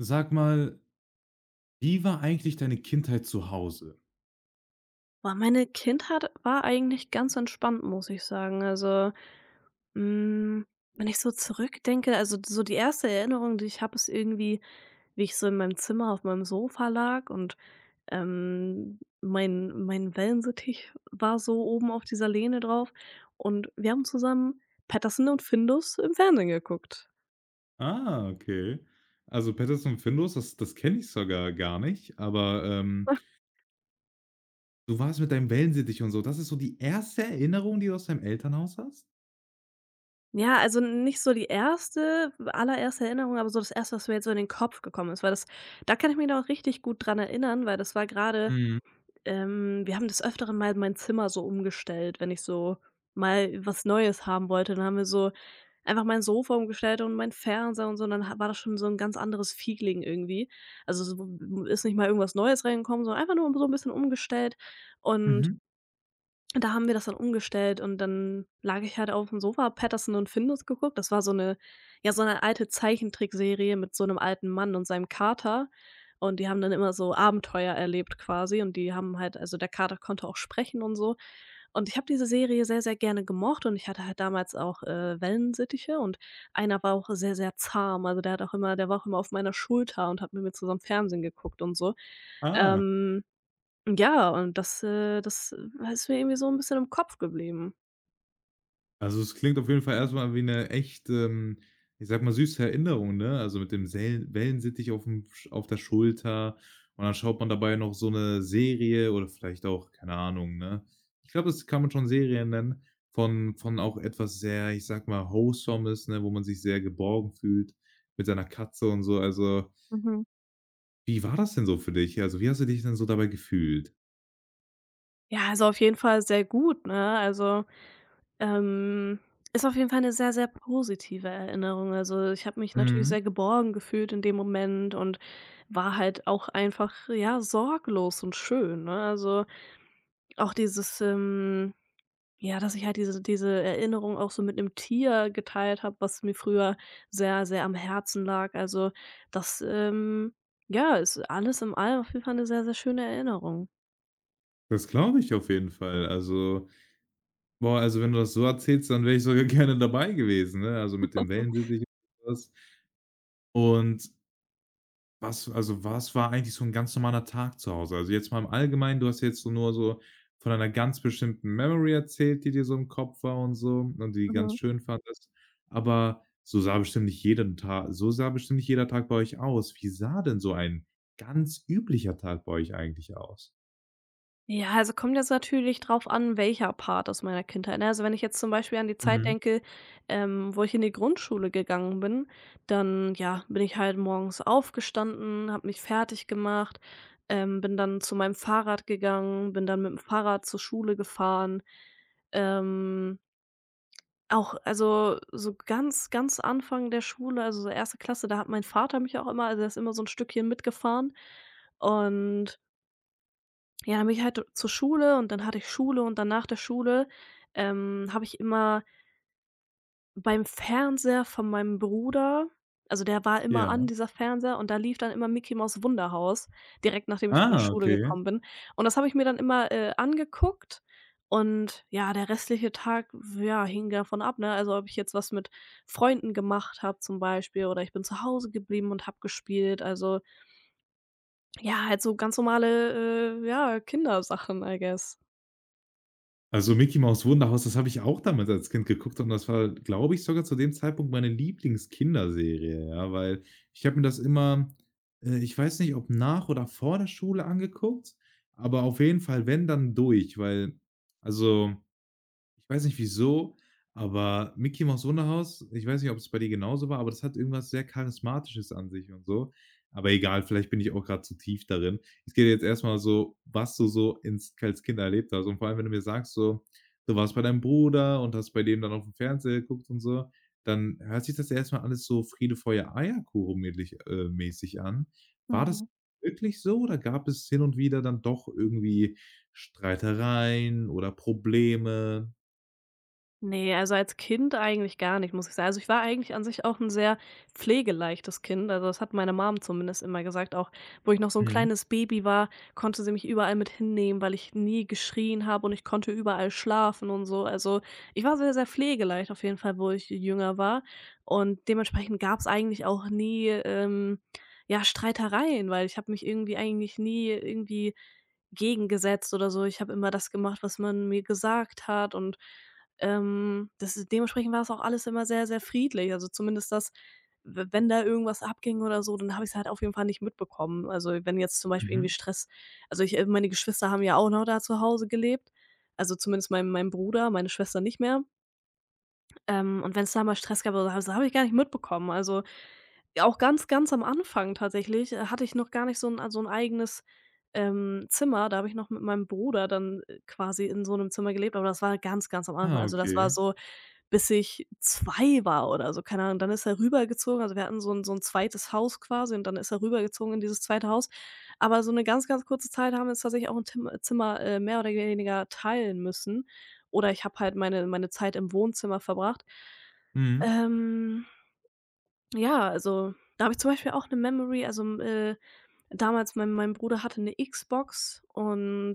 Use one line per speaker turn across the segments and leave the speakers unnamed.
Sag mal, wie war eigentlich deine Kindheit zu Hause?
Boah, meine Kindheit war eigentlich ganz entspannt, muss ich sagen. Also, hm, wenn ich so zurückdenke, also so die erste Erinnerung, die ich habe, ist irgendwie, wie ich so in meinem Zimmer auf meinem Sofa lag und, mein Wellensittich war so oben auf dieser Lehne drauf und wir haben zusammen Patterson und Findus im Fernsehen geguckt.
Ah, okay. Also Patterson und Findus, das kenne ich sogar gar nicht, aber, du warst mit deinem Wellensittich und so. Das ist so die erste Erinnerung, die du aus deinem Elternhaus hast?
Ja, also nicht so die erste, allererste Erinnerung, aber so das Erste, was mir jetzt so in den Kopf gekommen ist, weil das da kann ich mich noch richtig gut dran erinnern, weil das war gerade.
Mhm.
Wir haben des Öfteren mal mein Zimmer so umgestellt, wenn ich so mal was Neues haben wollte. Dann haben wir so einfach mein Sofa umgestellt und meinen Fernseher und so. Und dann ha war das schon so ein ganz anderes Feeling irgendwie. Also, so ist nicht mal irgendwas Neues reingekommen, sondern einfach nur so ein bisschen umgestellt und
Mhm.
da haben wir das dann umgestellt und dann lag ich halt auf dem Sofa, habe Paterson und Findus geguckt. Das war so eine alte Zeichentrickserie mit so einem alten Mann und seinem Kater. Und die haben dann immer so Abenteuer erlebt quasi und die haben halt, also der Kater konnte auch sprechen und so. Und ich habe diese Serie sehr, sehr gerne gemocht und ich hatte halt damals auch, Wellensittiche und einer war auch sehr, sehr zahm. Also, der war auch immer auf meiner Schulter und hat mit mir zusammen Fernsehen geguckt und so.
Ah.
Ähm ja, und das ist mir irgendwie so ein bisschen im Kopf geblieben.
Also, es klingt auf jeden Fall erstmal wie eine echt, ich sag mal, süße Erinnerung, ne? Also, mit dem Sell Wellensittich auf der Schulter und dann schaut man dabei noch so eine Serie oder vielleicht auch, keine Ahnung, ne? Ich glaube, das kann man schon Serien nennen von auch etwas sehr, ich sag mal, Wholesomes, ne, wo man sich sehr geborgen fühlt mit seiner Katze und so. Also,
Mhm.
wie war das denn so für dich? Also, wie hast du dich denn so dabei gefühlt?
Ja, also auf jeden Fall sehr gut, ne? Also, ähm, ist auf jeden Fall eine sehr, sehr positive Erinnerung. Also, ich habe mich natürlich
Mhm.
sehr geborgen gefühlt in dem Moment und war halt auch einfach, ja, sorglos und schön, ne? Also, auch dieses, ja, dass ich halt diese Erinnerung auch so mit einem Tier geteilt habe, was mir früher sehr, sehr am Herzen lag. Also, das, ja, ist alles im allem auf jeden Fall 'ne sehr, sehr schöne Erinnerung.
Das glaube ich auf jeden Fall. Also, boah, also, wenn du das so erzählst, dann wäre ich sogar gerne dabei gewesen, ne? Also, mit dem Wellensittich und so was. Und was war eigentlich so ein ganz normaler Tag zu Hause? Also, jetzt mal im Allgemeinen, du hast jetzt so nur von einer ganz bestimmten Memory erzählt, die dir so im Kopf war und so und die ganz
Mhm.
schön fandest. Aber so sah bestimmt nicht jeder Tag bei euch aus. Wie sah denn so ein ganz üblicher Tag bei euch eigentlich aus?
Ja, also kommt jetzt natürlich drauf an, welcher Part aus meiner Kindheit, ne? Also, wenn ich jetzt zum Beispiel an die Zeit
Mhm.
denke, wo ich in die Grundschule gegangen bin, dann, ja, bin ich halt morgens aufgestanden, habe mich fertig gemacht, bin dann zu meinem Fahrrad gegangen, bin dann mit dem Fahrrad zur Schule gefahren. Ähm, auch also, so ganz, ganz Anfang der Schule, also so 1. Klasse, da hat mein Vater mich auch immer, also der ist immer so ein Stückchen mitgefahren und ja, dann bin ich halt zur Schule und dann hatte ich Schule und dann nach der Schule, habe ich immer beim Fernseher von meinem Bruder, also der war immer an,
Ja.
dieser Fernseher, und da lief dann immer Mickey Maus Wunderhaus, direkt nachdem ich von der
Ah,
Schule
okay.
gekommen bin. Und das habe ich mir dann immer, angeguckt und ja, der restliche Tag, ja, hing davon ab, ne? Also, ob ich jetzt was mit Freunden gemacht habe zum Beispiel oder ich bin zu Hause geblieben und habe gespielt. Also, ja, halt so ganz normale, ja, Kindersachen, I guess.
Also „Micky Maus Wunderhaus“, das habe ich auch damals als Kind geguckt und das war, glaube ich, sogar zu dem Zeitpunkt meine Lieblingskinderserie, ja, weil ich habe mir das immer ich weiß nicht, ob nach oder vor der Schule angeguckt, aber auf jeden Fall, wenn, dann durch, weil also ich weiß nicht wieso, aber Micky Maus Wunderhaus, ich weiß nicht, ob es bei dir genauso war, aber das hat irgendwas sehr Charismatisches an sich und so. Aber egal, vielleicht bin ich auch gerade zu tief darin. Es geht jetzt erstmal so, was du so ins als Kind erlebt hast und vor allem, wenn du mir sagst so, du warst bei deinem Bruder und hast bei dem dann aufm Fernseher geguckt und so, dann hört sich das erstmal alles so Friede, Feuer, Eierkuchen mädlich mäßig an. War das
Mhm.
wirklich so oder gab es hin und wieder dann doch irgendwie Streitereien oder Probleme?
Ne, also als Kind eigentlich gar nicht, muss ich sagen. Also, ich war eigentlich an sich auch ein sehr pflegeleichtes Kind. Also, das hat meine Mom zumindest immer gesagt. Auch wo ich noch so ein
Mhm,
kleines Baby war, konnte sie mich überall mit hinnehmen, weil ich nie geschrien habe und ich konnte überall schlafen und so. Also, ich war sehr, sehr pflegeleicht auf jeden Fall, wo ich jünger war. Und dementsprechend gab es eigentlich auch nie, ja, Streitereien, weil ich habe mich irgendwie eigentlich nie irgendwie gegengesetzt oder so. Ich habe immer das gemacht, was man mir gesagt hat und das ist dementsprechend war es auch alles immer sehr, sehr friedlich. Also, zumindest das w wenn da irgendwas abging oder so, dann habe ich es halt auf jeden Fall nicht mitbekommen. Also, wenn jetzt zum Beispiel irgendwie
mhm.
Stress, also ich meine Geschwister haben ja auch noch da zu Hause gelebt, also zumindest mein Bruder, meine Schwester nicht mehr. Und wenn es da mal Stress gab oder so, das habe ich gar nicht mitbekommen. Also ja, auch ganz, ganz am Anfang tatsächlich, hatte ich noch gar nicht so 'n eigenes, Zimmer. Da habe ich noch mit meinem Bruder dann, quasi in so 'nem Zimmer gelebt, aber das war ganz, ganz am Anfang.
Ah,
Also, das war
okay.
so, bis ich 2 war oder so, keine Ahnung. Dann ist er rübergezogen, also wir hatten so 'n zweites Haus quasi und dann ist er rübergezogen in dieses zweite Haus. Aber so 'ne ganz, ganz kurze Zeit haben wir uns tatsächlich auch 'n Tim Zimmer, mehr oder weniger teilen müssen. Oder ich habe halt meine Zeit im Wohnzimmer verbracht.
Mhm.
Ähm ja, also da habe ich zum Beispiel auch eine Memory. Also, damals mein Bruder hatte eine Xbox und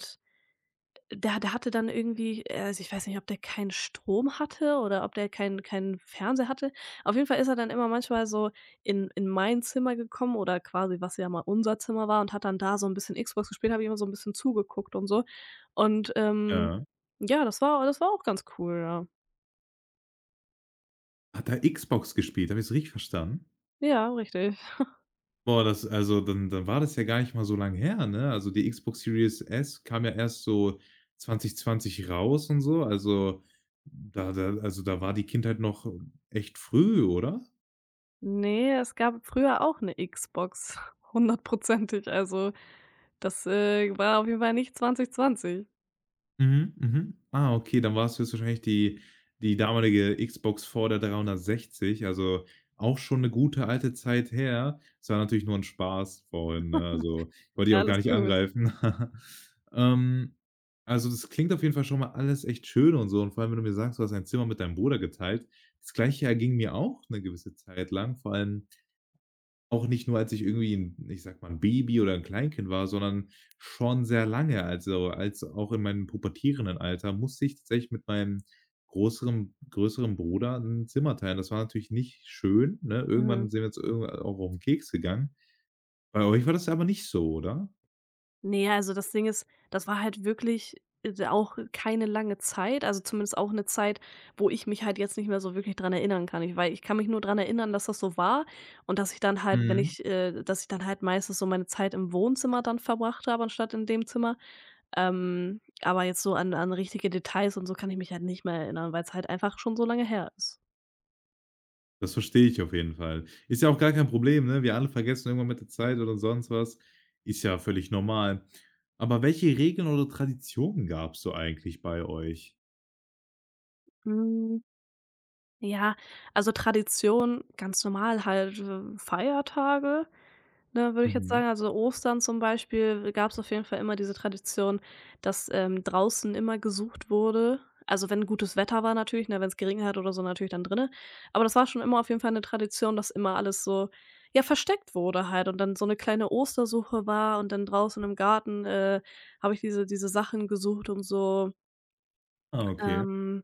der hatte dann irgendwie, also ich weiß nicht, ob der keinen Strom hatte oder ob der keinen Fernseher hatte. Auf jeden Fall ist er dann immer manchmal so in mein Zimmer gekommen oder quasi, was ja mal unser Zimmer war, und hat dann da so ein bisschen Xbox gespielt, habe ich immer so ein bisschen zugeguckt und so. Und,
Ja.
ja, das war auch ganz cool, ja.
Hat er Xbox gespielt? Habe ich's richtig verstanden?
Ja, richtig.
Boah, das also, dann war das ja gar nicht mal so lange her, ne? Also, die Xbox Series S kam ja erst so 2020 raus und so. Also, da war die Kindheit noch echt früh, oder?
Ne, es gab früher auch 'ne Xbox, hundertprozentig. Also, das war auf jeden Fall nicht 2020.
Mhm, mhm. Ah, okay, dann war's höchstwahrscheinlich die damalige Xbox vor der 360, also auch schon eine gute alte Zeit her. Es war natürlich nur ein Spaß vorhin, ne? Also, wollte ich
Ja,
auch gar
alles
nicht
gut.
angreifen. Ähm, also, das klingt auf jeden Fall schon mal alles echt schön und so und vor allem, wenn du mir sagst, du hast ein Zimmer mit deinem Bruder geteilt. Das Gleiche erging mir auch eine gewisse Zeit lang, vor allem auch nicht nur, als ich irgendwie 'n ich sage mal, 'n Baby oder 'n Kleinkind war, sondern schon sehr lange. Also, als auch in meinem pubertierenden Alter musste ich tatsächlich mit meinem größeren Bruder 'n Zimmer teilen. Das war natürlich nicht schön, ne?
Mhm.
Irgendwann sind wir uns irgendwann auch auf 'n Keks gegangen. Bei euch war das aber nicht so, oder?
Ne, also das Ding ist, das war halt wirklich, auch keine lange Zeit, also zumindest auch 'ne Zeit, wo ich mich halt jetzt nicht mehr so wirklich dran erinnern kann. Ich kann mich nur dran erinnern, dass das so war und dass ich dann halt, wenn
Mhm.
ich dass ich dann halt meistens so meine Zeit im Wohnzimmer dann verbracht habe anstatt in dem Zimmer. Aber jetzt so an richtige Details und so kann ich mich halt nicht mehr erinnern, weil es halt einfach schon so lange her ist.
Das verstehe ich auf jeden Fall. Ist ja auch gar kein Problem, ne? Wir alle vergessen irgendwann mit der Zeit oder sonst was. Ist ja völlig normal. Aber welche Regeln oder Traditionen gab's so eigentlich bei euch?
Hm, ja, also Tradition ganz normal halt, Feiertage. Ne, würde ich jetzt
Mhm.
sagen, also Ostern zum Beispiel gab es auf jeden Fall immer diese Tradition, dass, draußen immer gesucht wurde. Also, wenn gutes Wetter war natürlich, ne, wenn es geregnet hat oder so, natürlich dann drinne. Aber das war schon immer auf jeden Fall eine Tradition, dass immer alles so, ja, versteckt wurde halt und dann so eine kleine Ostersuche war und dann draußen im Garten, habe ich diese Sachen gesucht und so.
Ah, okay.
Ähm,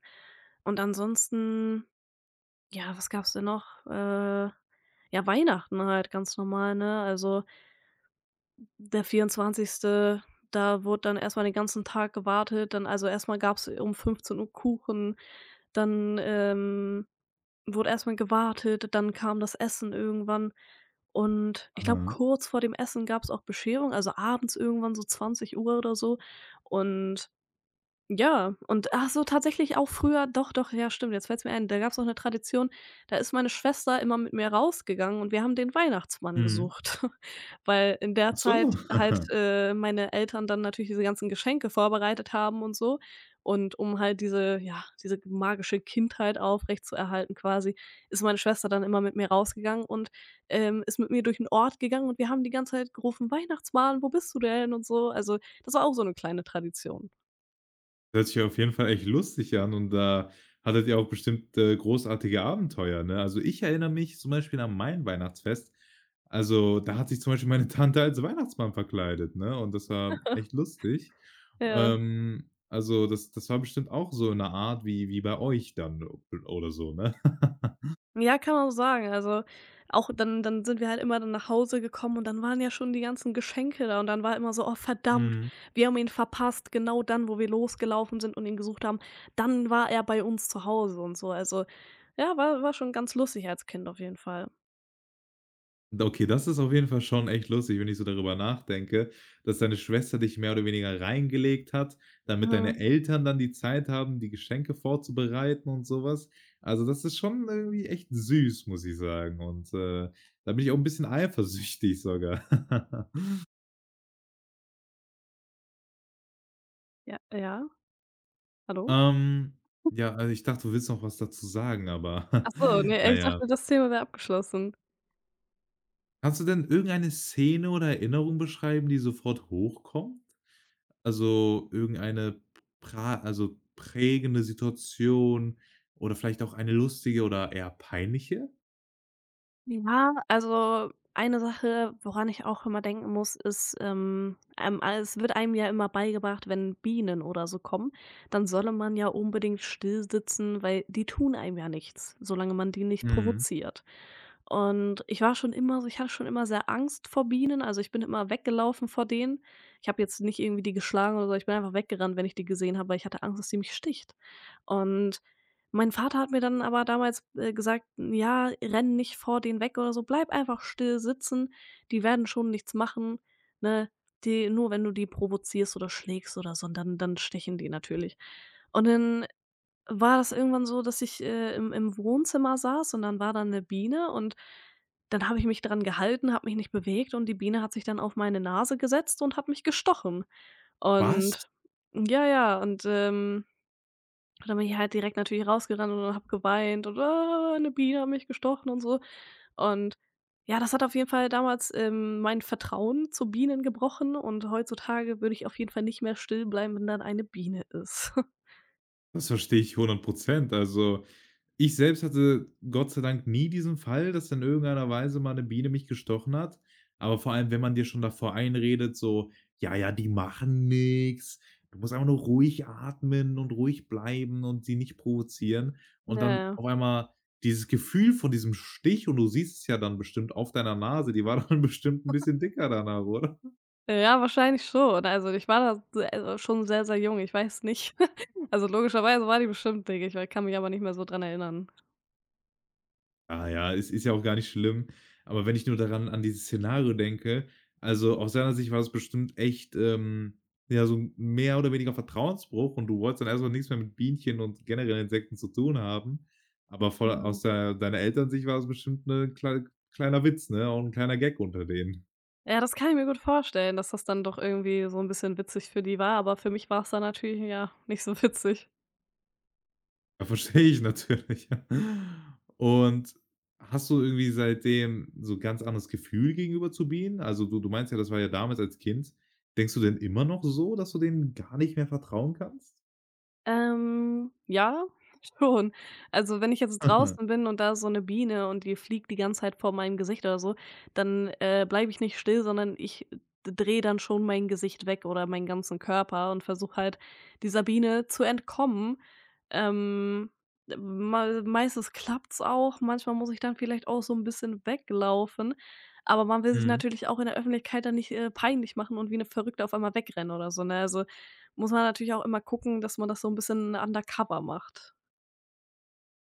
und ansonsten, ja, was gab's denn noch? Ja, Weihnachten halt ganz normal, ne? Also der 24., da wurde dann erst mal den ganzen Tag gewartet, dann also erst mal gab's um 15 Uhr Kuchen, dann, wurde erst mal gewartet, dann kam das Essen irgendwann und ich glaube,
Aha.
kurz vor dem Essen gab's auch Bescherung, also abends irgendwann so 20 Uhr oder so. Und ja, und ach so, tatsächlich auch früher, doch, doch, ja, stimmt, jetzt fällt's mir ein. Da gab's auch eine Tradition, da ist meine Schwester immer mit mir rausgegangen und wir haben den Weihnachtsmann
Mhm.
gesucht, weil in der
Ach so.
Zeit halt, meine Eltern dann natürlich diese ganzen Geschenke vorbereitet haben und so. Und um halt diese magische Kindheit aufrechtzuerhalten quasi, ist meine Schwester dann immer mit mir rausgegangen und ist mit mir durch den Ort gegangen und wir haben die ganze Zeit gerufen: „Weihnachtsmann, wo bist du denn?" und so. Also, das war auch so eine kleine Tradition.
Hört sich auf jeden Fall echt lustig an und da hattet ihr auch bestimmt, großartige Abenteuer, ne? Also, ich erinnere mich zum Beispiel an mein Weihnachtsfest. Also, da hat sich zum Beispiel meine Tante als Weihnachtsmann verkleidet, ne, und das war echt lustig.
Ja.
Also, das war bestimmt auch so eine Art wie bei euch dann oder so, ne?
Ja, kann man so sagen. Also, auch dann sind wir halt immer dann nach Hause gekommen und dann waren ja schon die ganzen Geschenke da und dann war immer so: „Oh verdammt, wir haben ihn verpasst." Genau dann, wo wir losgelaufen sind und ihn gesucht haben, dann war er bei uns zu Hause und so. Also, ja, war schon ganz lustig als Kind auf jeden Fall.
Okay, das ist auf jeden Fall schon echt lustig, wenn ich so darüber nachdenke, dass deine Schwester dich mehr oder weniger reingelegt hat, damit deine
Mhm.
Eltern dann die Zeit haben, die Geschenke vorzubereiten und sowas. Also, das ist schon irgendwie echt süß, muss ich sagen. Und, da bin ich auch ein bisschen eifersüchtig sogar.
Ja, ja, hallo?
Ähm, ja, also, ich dachte, du willst noch was dazu sagen, aber
Ach so, ne, ich
naja, ja.
dachte, das Thema wäre abgeschlossen.
Kannst du denn irgendeine Szene oder Erinnerung beschreiben, die sofort hochkommt? Also, irgendeine prägende Situation oder vielleicht auch eine lustige oder eher peinliche?
Ja, also eine Sache, woran ich auch immer denken muss, ist, es wird einem ja immer beigebracht, wenn Bienen oder so kommen, dann solle man ja unbedingt still sitzen, weil die tun einem ja nichts, solange man die nicht
Mhm.
provoziert. Und ich war schon immer so, ich hatte schon immer sehr Angst vor Bienen, also ich bin immer weggelaufen vor denen. Ich habe jetzt nicht irgendwie die geschlagen oder so, ich bin einfach weggerannt, wenn ich die gesehen habe, weil ich hatte Angst, dass die mich sticht. Und mein Vater hat mir dann aber damals, gesagt: „Ja, renn nicht vor denen weg oder so, bleib einfach still sitzen, die werden schon nichts machen, ne? Die, nur wenn du die provozierst oder schlägst oder so, und dann stechen die natürlich." Und dann war das irgendwann so, dass ich, im Wohnzimmer saß und dann war da eine Biene und dann habe ich mich dran gehalten, habe mich nicht bewegt und die Biene hat sich dann auf meine Nase gesetzt und hat mich gestochen.
Was?
Und ja, ja, und dann bin ich halt direkt natürlich rausgerannt und habe geweint und: „Ah, 'ne Biene hat mich gestochen" und so. Und ja, das hat auf jeden Fall damals, mein Vertrauen zu Bienen gebrochen und heutzutage würde ich auf jeden Fall nicht mehr still bleiben, wenn dann eine Biene ist.
Das verstehe ich hundert Prozent. Also, ich selbst hatte Gott sei Dank nie diesen Fall, dass in irgendeiner Weise mal 'ne Biene mich gestochen hat. Aber vor allem, wenn man dir schon davor einredet, so: „Ja, ja, die machen nix. Du musst einfach nur ruhig atmen und ruhig bleiben und sie nicht provozieren.“ Und dann
Ja.
auf einmal dieses Gefühl von diesem Stich und du siehst es ja dann bestimmt auf deiner Nase, die war dann bestimmt 'n bisschen dicker danach, oder?
Ja, wahrscheinlich schon. Also, ich war da se also schon sehr, sehr jung. Ich weiß nicht. Also, logischerweise war die bestimmt dickig, ich kann mich aber nicht mehr so dran erinnern.
Ah ja, es ist ja auch gar nicht schlimm. Aber wenn ich nur daran an dieses Szenario denke, also aus seiner Sicht war es bestimmt echt, ja, so 'n mehr oder weniger Vertrauensbruch und du wolltest dann erst mal nix mehr mit Bienchen und generell Insekten zu tun haben. Aber voll
Mhm.
aus der deiner Eltern Sicht war es bestimmt kleiner Witz, ne, auch 'n kleiner Gag unter denen.
Ja, das kann ich mir gut vorstellen, dass das dann doch irgendwie so ein bisschen witzig für die war, aber für mich war es dann natürlich, ja, nicht so witzig.
Ja, verstehe ich natürlich. Und hast du irgendwie seitdem so 'n ganz anderes Gefühl gegenüber zu Bienen? Also, du meinst ja, das war ja damals als Kind. Denkst du denn immer noch so, dass du denen gar nicht mehr vertrauen kannst?
Ja, schon. Also, wenn ich jetzt draußen bin und da ist so eine Biene und die fliegt die ganze Zeit vor meinem Gesicht oder so, dann, bleibe ich nicht still, sondern ich drehe dann schon mein Gesicht weg oder meinen ganzen Körper und versuche halt, dieser Biene zu entkommen. Ähm, meistens klappt's auch, manchmal muss ich dann vielleicht auch so ein bisschen weglaufen, aber man will sich
Mhm.
natürlich auch in der Öffentlichkeit dann nicht, peinlich machen und wie eine Verrückte auf einmal wegrennen oder so, ne? Also, muss man natürlich auch immer gucken, dass man das so 'n bisschen undercover macht.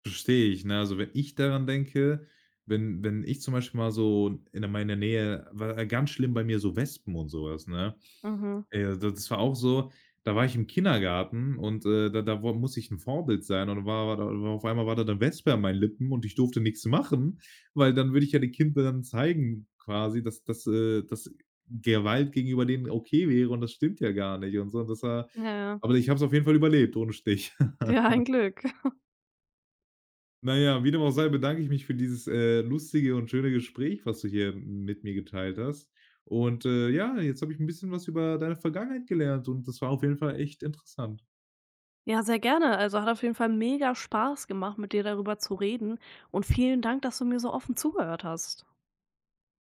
Verstehe ich, ne? Also, wenn ich daran denke, wenn ich zum Beispiel mal so in meiner Nähe war ganz schlimm bei mir so Wespen und sowas, ne?
Mhm.
D das war auch so, da war ich im Kindergarten und, da da wo musste ich ein Vorbild sein und war war da war auf einmal war da 'ne Wespe an meinen Lippen und ich durfte nichts machen, weil dann würde ich ja den Kindern zeigen quasi, dass Gewalt gegenüber denen okay wäre und das stimmt ja gar nicht und so. Und Das war
Ja, ja.
Aber ich habe es auf jeden Fall überlebt ohne Stich.
Ja, ein Glück.
Na ja, wie dem auch sei, bedanke ich mich für dieses, lustige und schöne Gespräch, was du hier mit mir geteilt hast. Und, ja, jetzt habe ich ein bisschen was über deine Vergangenheit gelernt und das war auf jeden Fall echt interessant.
Ja, sehr gerne. Also, hat auf jeden Fall mega Spaß gemacht, mit dir darüber zu reden und vielen Dank, dass du mir so offen zugehört hast.